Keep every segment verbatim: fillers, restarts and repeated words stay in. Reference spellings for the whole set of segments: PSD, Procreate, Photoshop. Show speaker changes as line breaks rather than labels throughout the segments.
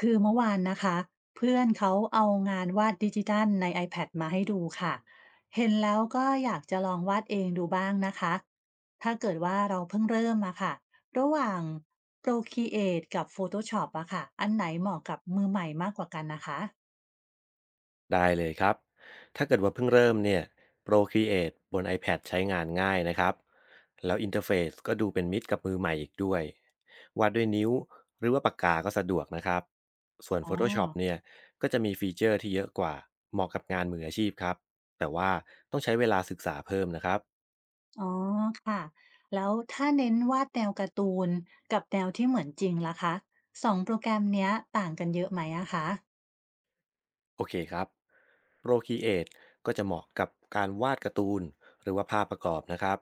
คือเมื่อวานนะคะเพื่อนเขาเอางานวาดดิจิทัลใน iPad มาให้ดูค่ะเห็นแล้วก็อยากจะลองวาดเองดูบ้างนะคะถ้าเกิดว่าเราเพิ่งเริ่มมาค่ะระหว่าง Procreate กับ Photoshop อะค่ะอันไหนเหมาะกับมือใหม่มากกว่ากันนะคะ
ได้เลยครับ ถ้าเกิดว่าเพิ่งเริ่มเนี่ย Procreate บน iPad ใช้งานง่ายนะครับ แล้วอินเทอร์เฟซก็ดูเป็นมิตรกับมือใหม่อีกด้วยวาดด้วยนิ้วหรือว่าปากกาก็สะดวกนะครับ ส่วน
อ๋อ
Photoshop เนี่ยก็จะมีฟีเจอร์ที่เยอะกว่าเหมาะกับงานมืออาชีพครับ แต่ว่าต้องใช้เวลาศึกษาเพิ่มนะครับ
อ๋อค่ะแล้วถ้าเน้นวาดแนวการ์ตูนกับแนวที่เหมือนจริงล่ะคะสองโปรแกรมเนี้ยต่างกันเยอะไหมอะคะ
โอเคครับ Procreate ก็จะเหมาะกับการวาดการ์ตูนหรือว่าภาพประกอบนะครับ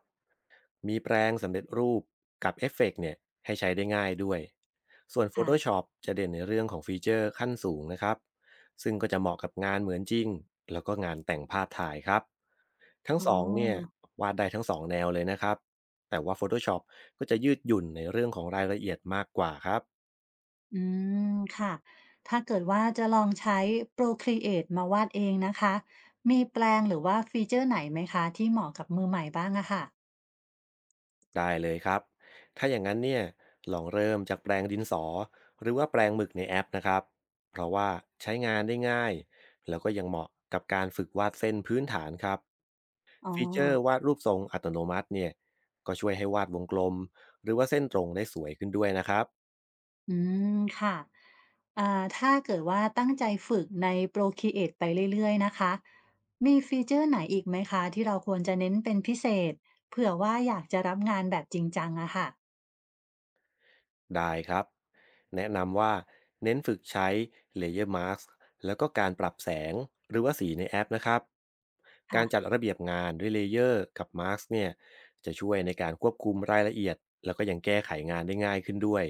มีแปลงสำเร็จรูปกับเอฟเฟกต์เนี่ยให้ใช้ได้ง่ายด้วยส่วน
ค่ะ
Photoshop จะเด่นในเรื่องของฟีเจอร์ขั้นสูงนะครับซึ่งก็จะเหมาะกับงานเหมือนจริงแล้วก็งานแต่งภาพถ่ายครับทั้ง
อ๋อ
สองเนี่ยวาดได้ทั้งสองแนวเลยนะครับแต่ว่า Photoshop ก็จะยืดหยุ่นในเรื่องของรายละเอียดมากกว่าครับ
อืมค่ะ ถ้าเกิดว่าจะลองใช้ Procreate มาวาดเองนะคะ มีแปลงหรือว่าฟีเจอร์ไหนไหมคะที่เหมาะกับมือใหม่บ้างอะค่ะ
ได้เลยครับ ถ้าอย่างนั้นเนี่ยลองเริ่มจากแปรงดินสอหรือว่าแปรงหมึกในแอปนะครับ เพราะว่าใช้งานได้ง่ายแล้วก็ยังเหมาะกับการฝึกวาดเส้นพื้นฐานครับ
อ๋อ
ฟีเจอร์วาดรูปทรงอัตโนมัติเนี่ยก็ช่วยให้วาดวงกลมหรือว่าเส้นตรงได้สวยขึ้นด้วยนะครับ
อืมค่ะอ่าถ้าเกิดว่าตั้งใจฝึกใน Procreate ไปเรื่อยๆนะคะ มีฟีเจอร์ไหนอีกไหมคะที่เราควรจะเน้นเป็นพิเศษเผื่อว่าอยากจะรับงานแบบจริงจังอะค่ะ
ได้ครับแนะนำว่าเน้นฝึกใช้ Layer Mask แล้วก็การปรับแสงหรือว่าสีในแอปนะครับกา
ค่ะ
รจัดระเบียบงานด้วยเลเยอร์กับ Mask เนี่ยจะช่วยในการควบคุมรายละเอียดแล้วก็ยังแก้ไขงานได้ง่ายขึ้นด้วย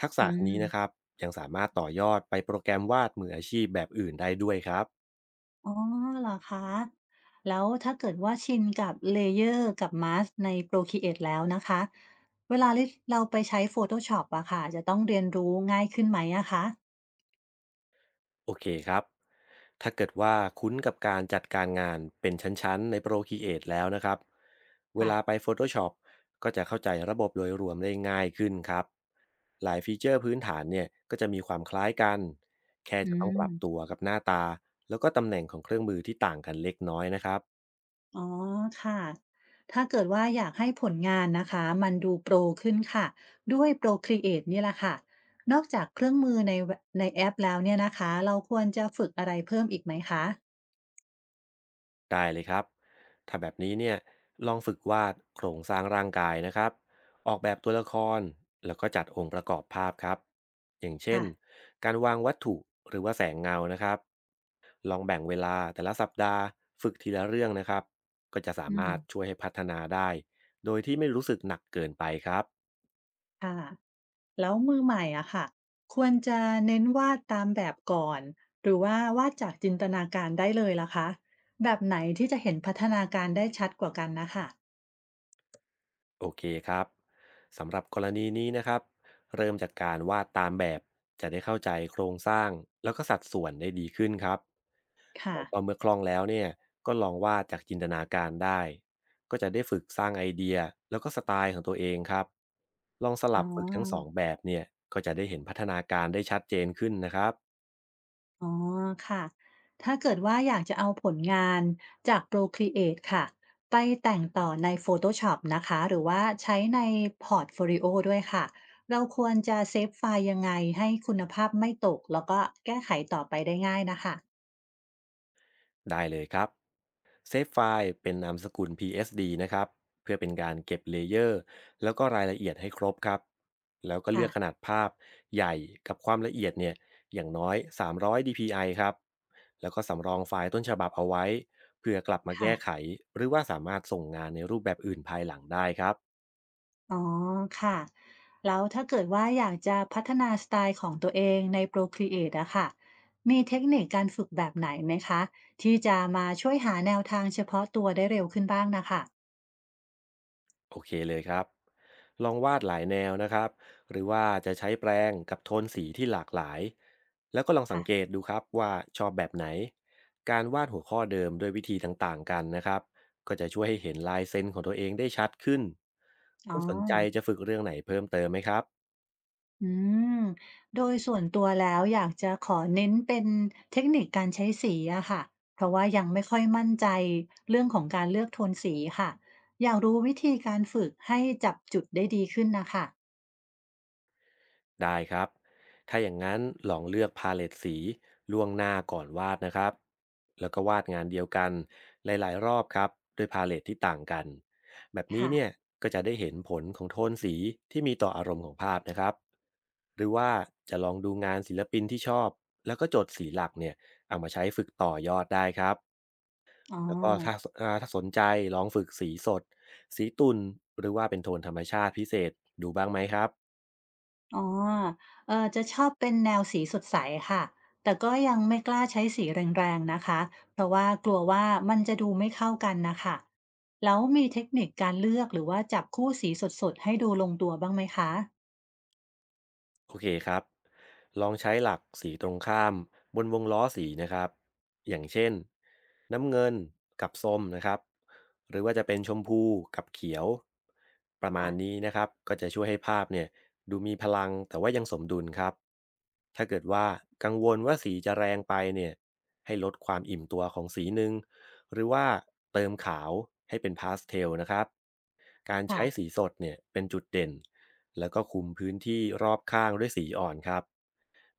ทัก
อื
ษะนี้นะครับ
ม
ยังสามารถต่อยอดไปโปรแกรมวาดมืออาชีพแบบอื่นได้ด้วยครับ
อ๋อเหรอคะแล้วถ้าเกิดว่าชินกับ Layer กับ Mask ใน Procreate แล้วนะคะเวลาที่เราไปใช้ Photoshop อะค่ะจะต้องเรียนรู้ง่ายขึ้นไหมอะคะ
โอเคครับ ถ้าเกิดว่าคุ้นกับการจัดการงานเป็นชั้นๆใน Procreate แล้วนะครับ เว
ค่ะ
ลาไป Photoshop ก็จะเข้าใจระบบโดยรวมได้ง่ายขึ้นครับ หลายฟีเจอร์พื้นฐานเนี่ยก็จะมีความคล้ายกัน แค่
อื
จะต้องปรับตั
ม
วกับหน้าตา แล้วก็ตำแหน่งของเครื่องมือที่ต่างกันเล็กน้อยนะครับ
อ๋อค่ะถ้าเกิดว่าอยากให้ผลงานนะคะมันดูโปรขึ้นค่ะด้วย Procreate นี่แหละค่ะนอกจากเครื่องมือในเวในแอปแล้วเนี่ยนะคะเราควรจะฝึกอะไรเพิ่มอีกไหมคะ
ได้เลยครับถ้าแบบนี้เนี่ยลองฝึกวาดโครงสร้างร่างกายนะครับออกแบบตัวละครแล้วก็จัดองค์ประกอบภาพครับอย่างเช่น
ค่ะ
การวางวัตถุหรือว่าแสงเงานะครับลองแบ่งเวลาแต่ละสัปดาห์ฝึกทีละเรื่องนะครับก็จะสา
อืม
มารถช่วยให้พัฒนาได้โดยที่ไม่รู้สึกหนักเกินไปครับ
ค่ะ แล้วมือใหม่อะค่ะควรจะเน้นวาดตามแบบก่อนหรือว่าวาดจากจินตนาการได้เลยล่ะคะแบบไหนที่จะเห็นพัฒนาการได้ชัดกว่ากันนะคะ
โอเคครับสำหรับกรณีนี้นะครับเริ่มจากการวาดตามแบบจะได้เข้าใจโครงสร้างแล้วก็สัดส่วนได้ดีขึ้นครับ
ค่ะ
แล้วก็เมื่อคล่องแล้วเนี่ยก็ลองวาดจากจินตนาการได้ก็จะได้ฝึกสร้างไอเดียแล้วก็สไตล์ของตัวเองครับลองส
อ๋
ลั
อ
บฝึกทั้งสองแบบเนี่ยก็จะได้เห็นพัฒนาการได้ชัดเจนขึ้นนะครับ
อ๋อค่ะถ้าเกิดว่าอยากจะเอาผลงานจาก Procreate ครีเอทค่ะไปแต่งต่อใน Photoshop นะคะหรือว่าใช้ในพอร์ตโฟลิโอด้วยค่ะเราควรจะเซฟไฟล์ยังไงให้คุณภาพไม่ตกแล้วก็แก้ไขต่อไปได้ง่ายนะคะ
ได้เลยครับเซฟไฟล์เป็นนามสกุล พี เอส ดี นะครับเพื่อเป็นการเก็บเลเยอร์แล้วก็รายละเอียดให้ครบครับแล้วก็เลื
ค่ะ
อกขนาดภาพใหญ่กับความละเอียดเนี่ยอย่างน้อยสามร้อย dpi ครับแล้วก็สำรองไฟล์ต้นฉบับเอาไว้เพื่อกลับมา
ค่ะ
แก้ไขหรือว่าสามารถส่งงานในรูปแบบอื่นภายหลังได้ครับ
อ๋อค่ะแล้วถ้าเกิดว่าอยากจะพัฒนาสไตล์ของตัวเองใน Procreate อะค่ะมีเทคนิคการฝึกแบบไหนไหมคะที่จะมาช่วยหาแนวทางเฉพาะตัวได้เร็วขึ้นบ้างนะค่ะ
โอเคเลยครับ ลองวาดหลายแนวนะครับ หรือว่าจะใช้แปรงกับโทนสีที่หลากหลาย แล้วก็ลองสังเกต
ค่ะ
ดูครับว่าชอบแบบไหน การวาดหัวข้อเดิมด้วยวิธีต่างๆกันนะครับ ก็จะช่วยให้เห็นลายเส้นของตัวเองได้ชัดขึ้น
อ๋
คุ
อ
ณสนใจจะฝึกเรื่องไหนเพิ่มเติมไหมครับ
อืมโดยส่วนตัวแล้วอยากจะขอเน้นเป็นเทคนิคการใช้สีอะค่ะเพราะว่ายังไม่ค่อยมั่นใจเรื่องของการเลือกโทนสีค่ะอยากรู้วิธีการฝึกให้จับจุดได้ดีขึ้นนะค่ะ
ได้ครับ ถ้าอย่างนั้นลองเลือกพาเลตสีล่วงหน้าก่อนวาดนะครับแล้วก็วาดงานเดียวกันหลายๆรอบครับด้วยพาเลตที่ต่างกันแบบนี้
ค่ะ
เนี่ยก็จะได้เห็นผลของโทนสีที่มีต่ออารมณ์ของภาพนะครับหรือว่าจะลองดูงานศิลปินที่ชอบแล้วก็จดสีหลักเนี่ยเอามาใช้ฝึกต่อยอดได้ครับ
อ๋อ
แล้วก็ถ้าอ่าถ้าสนใจลองฝึกสีสดสีตุนหรือว่าเป็นโทนธรรมชาติพิเศษดูบ้างไหมครับ
อ๋อเอ่อจะชอบเป็นแนวสีสดใสค่ะ แต่ก็ยังไม่กล้าใช้สีแรงๆนะคะ เพราะว่ากลัวว่ามันจะดูไม่เข้ากันนะค่ะแล้วมีเทคนิคการเลือกหรือว่าจับคู่สีสดๆให้ดูลงตัวบ้างไหมคะ
โอเคครับ ลองใช้หลักสีตรงข้ามบนวงล้อสีนะครับ อย่างเช่นน้ำเงินกับส้มนะครับ หรือว่าจะเป็นชมพูกับเขียวประมาณนี้
ค่ะ
นะครับ ก็จะช่วยให้ภาพเนี่ยดูมีพลังแต่ว่ายังสมดุลครับ ถ้าเกิดว่ากังวลว่าสีจะแรงไปเนี่ยให้ลดความอิ่มตัวของสีหนึ่งหรือว่าเติมขาวให้เป็นพาสเทลนะครับ การใช้สี
ค่ะ
สดเนี่ยเป็นจุดเด่น แล้วก็คลุมพื้นที่รอบข้างด้วยสีอ่อนครับ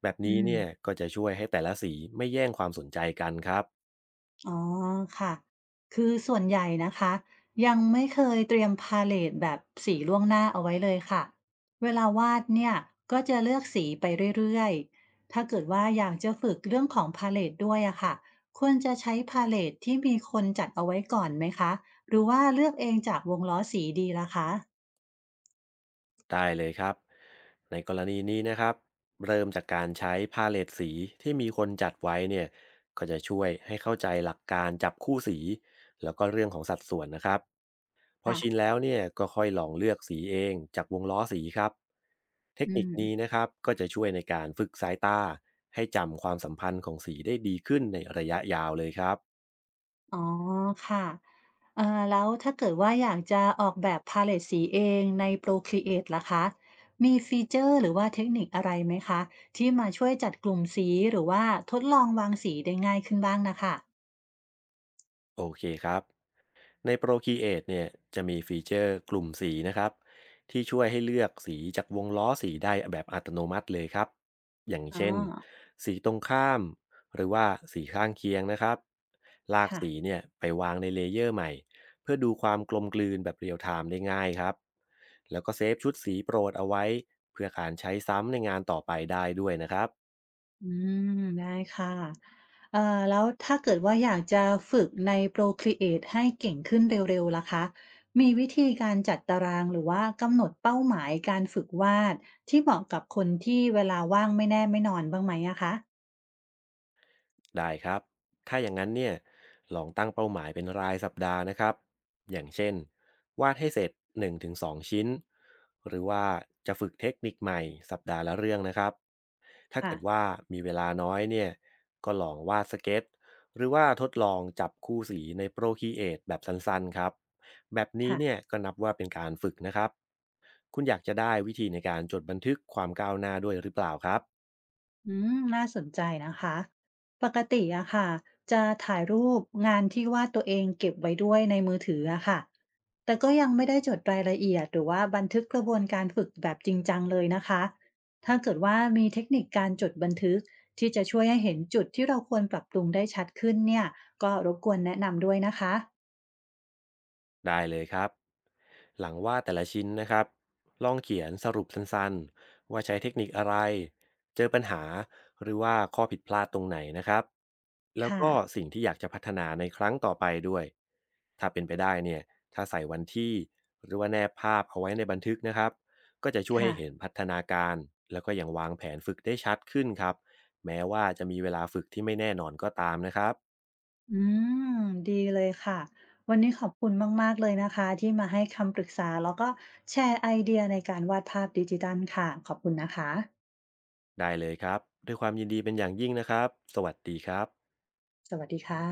แบบ
อื
นี้
ม
เนี่ยก็จะช่วยให้แต่ละสีไม่แย่งความสนใจกันครับ
อ๋อค่ะคือส่วนใหญ่นะคะยังไม่เคยเตรียมพาเลตแบบสีล่วงหน้าเอาไว้เลยค่ะเวลาวาดเนี่ยก็จะเลือกสีไปเรื่อยๆ ถ้าเกิดว่าอยากจะฝึกเรื่องของพาเลตด้วยอะค่ะควรจะใช้พาเลตที่มีคนจัดเอาไว้ก่อนไหมคะหรือว่าเลือกเองจากวงล้อสีดีล่ะคะ
ได้เลยครับ ในกรณีนี้นะครับเริ่มจากการใช้พาเลตสีที่มีคนจัดไว้เนี่ยก็จะช่วยให้เข้าใจหลักการจับคู่สีแล้วก็เรื่องของสัดส่วนนะครับพอ
ค่ะ
ชินแล้วเนี่ยก็ค่อยลองเลือกสีเองจากวงล้อสีครับเทค
อื
นิค
ม
นี้นะครับก็จะช่วยในการฝึกสายตาให้จำความสัมพันธ์ของสีได้ดีขึ้นในระยะยาวเลยครับ
อ๋อค่ะเอ่อแล้วถ้าเกิดว่าอยากจะออกแบบพาเลตสีเองใน Procreate ล่ะคะมีฟีเจอร์หรือว่าเทคนิคอะไรไหมคะที่มาช่วยจัดกลุ่มสีหรือว่าทดลองวางสีได้ง่ายขึ้นบ้างนะค่ะ
โอเคครับ ใน Procreate เนี่ยจะมีฟีเจอร์กลุ่มสีนะครับที่ช่วยให้เลือกสีจากวงล้อสีได้แบบอัตโนมัติเลยครับอย่าง
อ๋อ
เช่นสีตรงข้ามหรือว่าสีข้างเคียงนะครับลาก
ค่ะ
สีเนี่ยไปวางในเลเยอร์ใหม่เพื่อดูความกลมกลืนแบบเรียลไทม์ได้ง่ายครับแล้วก็เซฟชุดสีโปรดเอาไว้เพื่อการใช้ซ้ำในงานต่อไปได้ด้วยนะครับ
อืมได้ค่ะเอ่อแล้วถ้าเกิดว่าอยากจะฝึกใน Procreate ให้เก่งขึ้นเร็วๆล่ะคะมีวิธีการจัดตารางหรือว่ากำหนดเป้าหมายการฝึกวาดที่เหมาะกับคนที่เวลาว่างไม่แน่ไม่นอนบ้างไหมอะคะ
ได้ครับถ้าอย่างนั้นเนี่ยลองตั้งเป้าหมายเป็นรายสัปดาห์นะครับอย่างเช่นวาดให้เสร็จหนึ่งถึงสองชิ้น หรือว่าจะฝึกเทคนิคใหม่สัปดาห์ละเรื่องนะครับถ้าเกิด
ค่ะ
ว่ามีเวลาน้อยเนี่ยก็ลองวาดสเก็ตหรือว่าทดลองจับคู่สีใน Procreate แบบสั้นๆครับแบบนี้
ค่ะ
เนี่ยก็นับว่าเป็นการฝึกนะครับคุณอยากจะได้วิธีในการจดบันทึกความก้าวหน้าด้วยหรือเปล่าครับ
อืมน่าสนใจนะคะปกติอะค่ะจะถ่ายรูปงานที่วาดตัวเองเก็บไว้ด้วยในมือถืออะค่ะแต่ก็ยังไม่ได้จดรายละเอียดหรือว่าบันทึกกระบวนการฝึกแบบจริงจังเลยนะคะถ้าเกิดว่ามีเทคนิคการจดบันทึกที่จะช่วยให้เห็นจุดที่เราควรปรับปรุงได้ชัดขึ้นเนี่ยก็รบกวนแนะนำด้วยนะคะ
ได้เลยครับหลังวาดแต่ละชิ้นนะครับลองเขียนสรุปสั้นๆว่าใช้เทคนิคอะไรเจอปัญหาหรือว่าข้อผิดพลาดตรงไหนนะครับแล้ว
ค่ะ
ก็สิ่งที่อยากจะพัฒนาในครั้งต่อไปด้วยถ้าเป็นไปได้เนี่ยถ้าใส่วันที่หรือว่าแนบภาพเอาไว้ในบันทึกนะครับก็จะช่วยให้เห็น
ค่ะ
พัฒนาการแล้วก็ยังวางแผนฝึกได้ชัดขึ้นครับแม้ว่าจะมีเวลาฝึกที่ไม่แน่นอนก็ตามนะครับ
อืมดีเลยค่ะวันนี้ขอบคุณมากๆเลยนะคะที่มาให้คำปรึกษาแล้วก็แชร์ไอเดียในการวาดภาพดิจิทัลค่ะขอบคุณนะคะ
ได้เลยครับด้วยความยินดีเป็นอย่างยิ่งนะครับสวัสดีครับ
สวัสดีค่ะ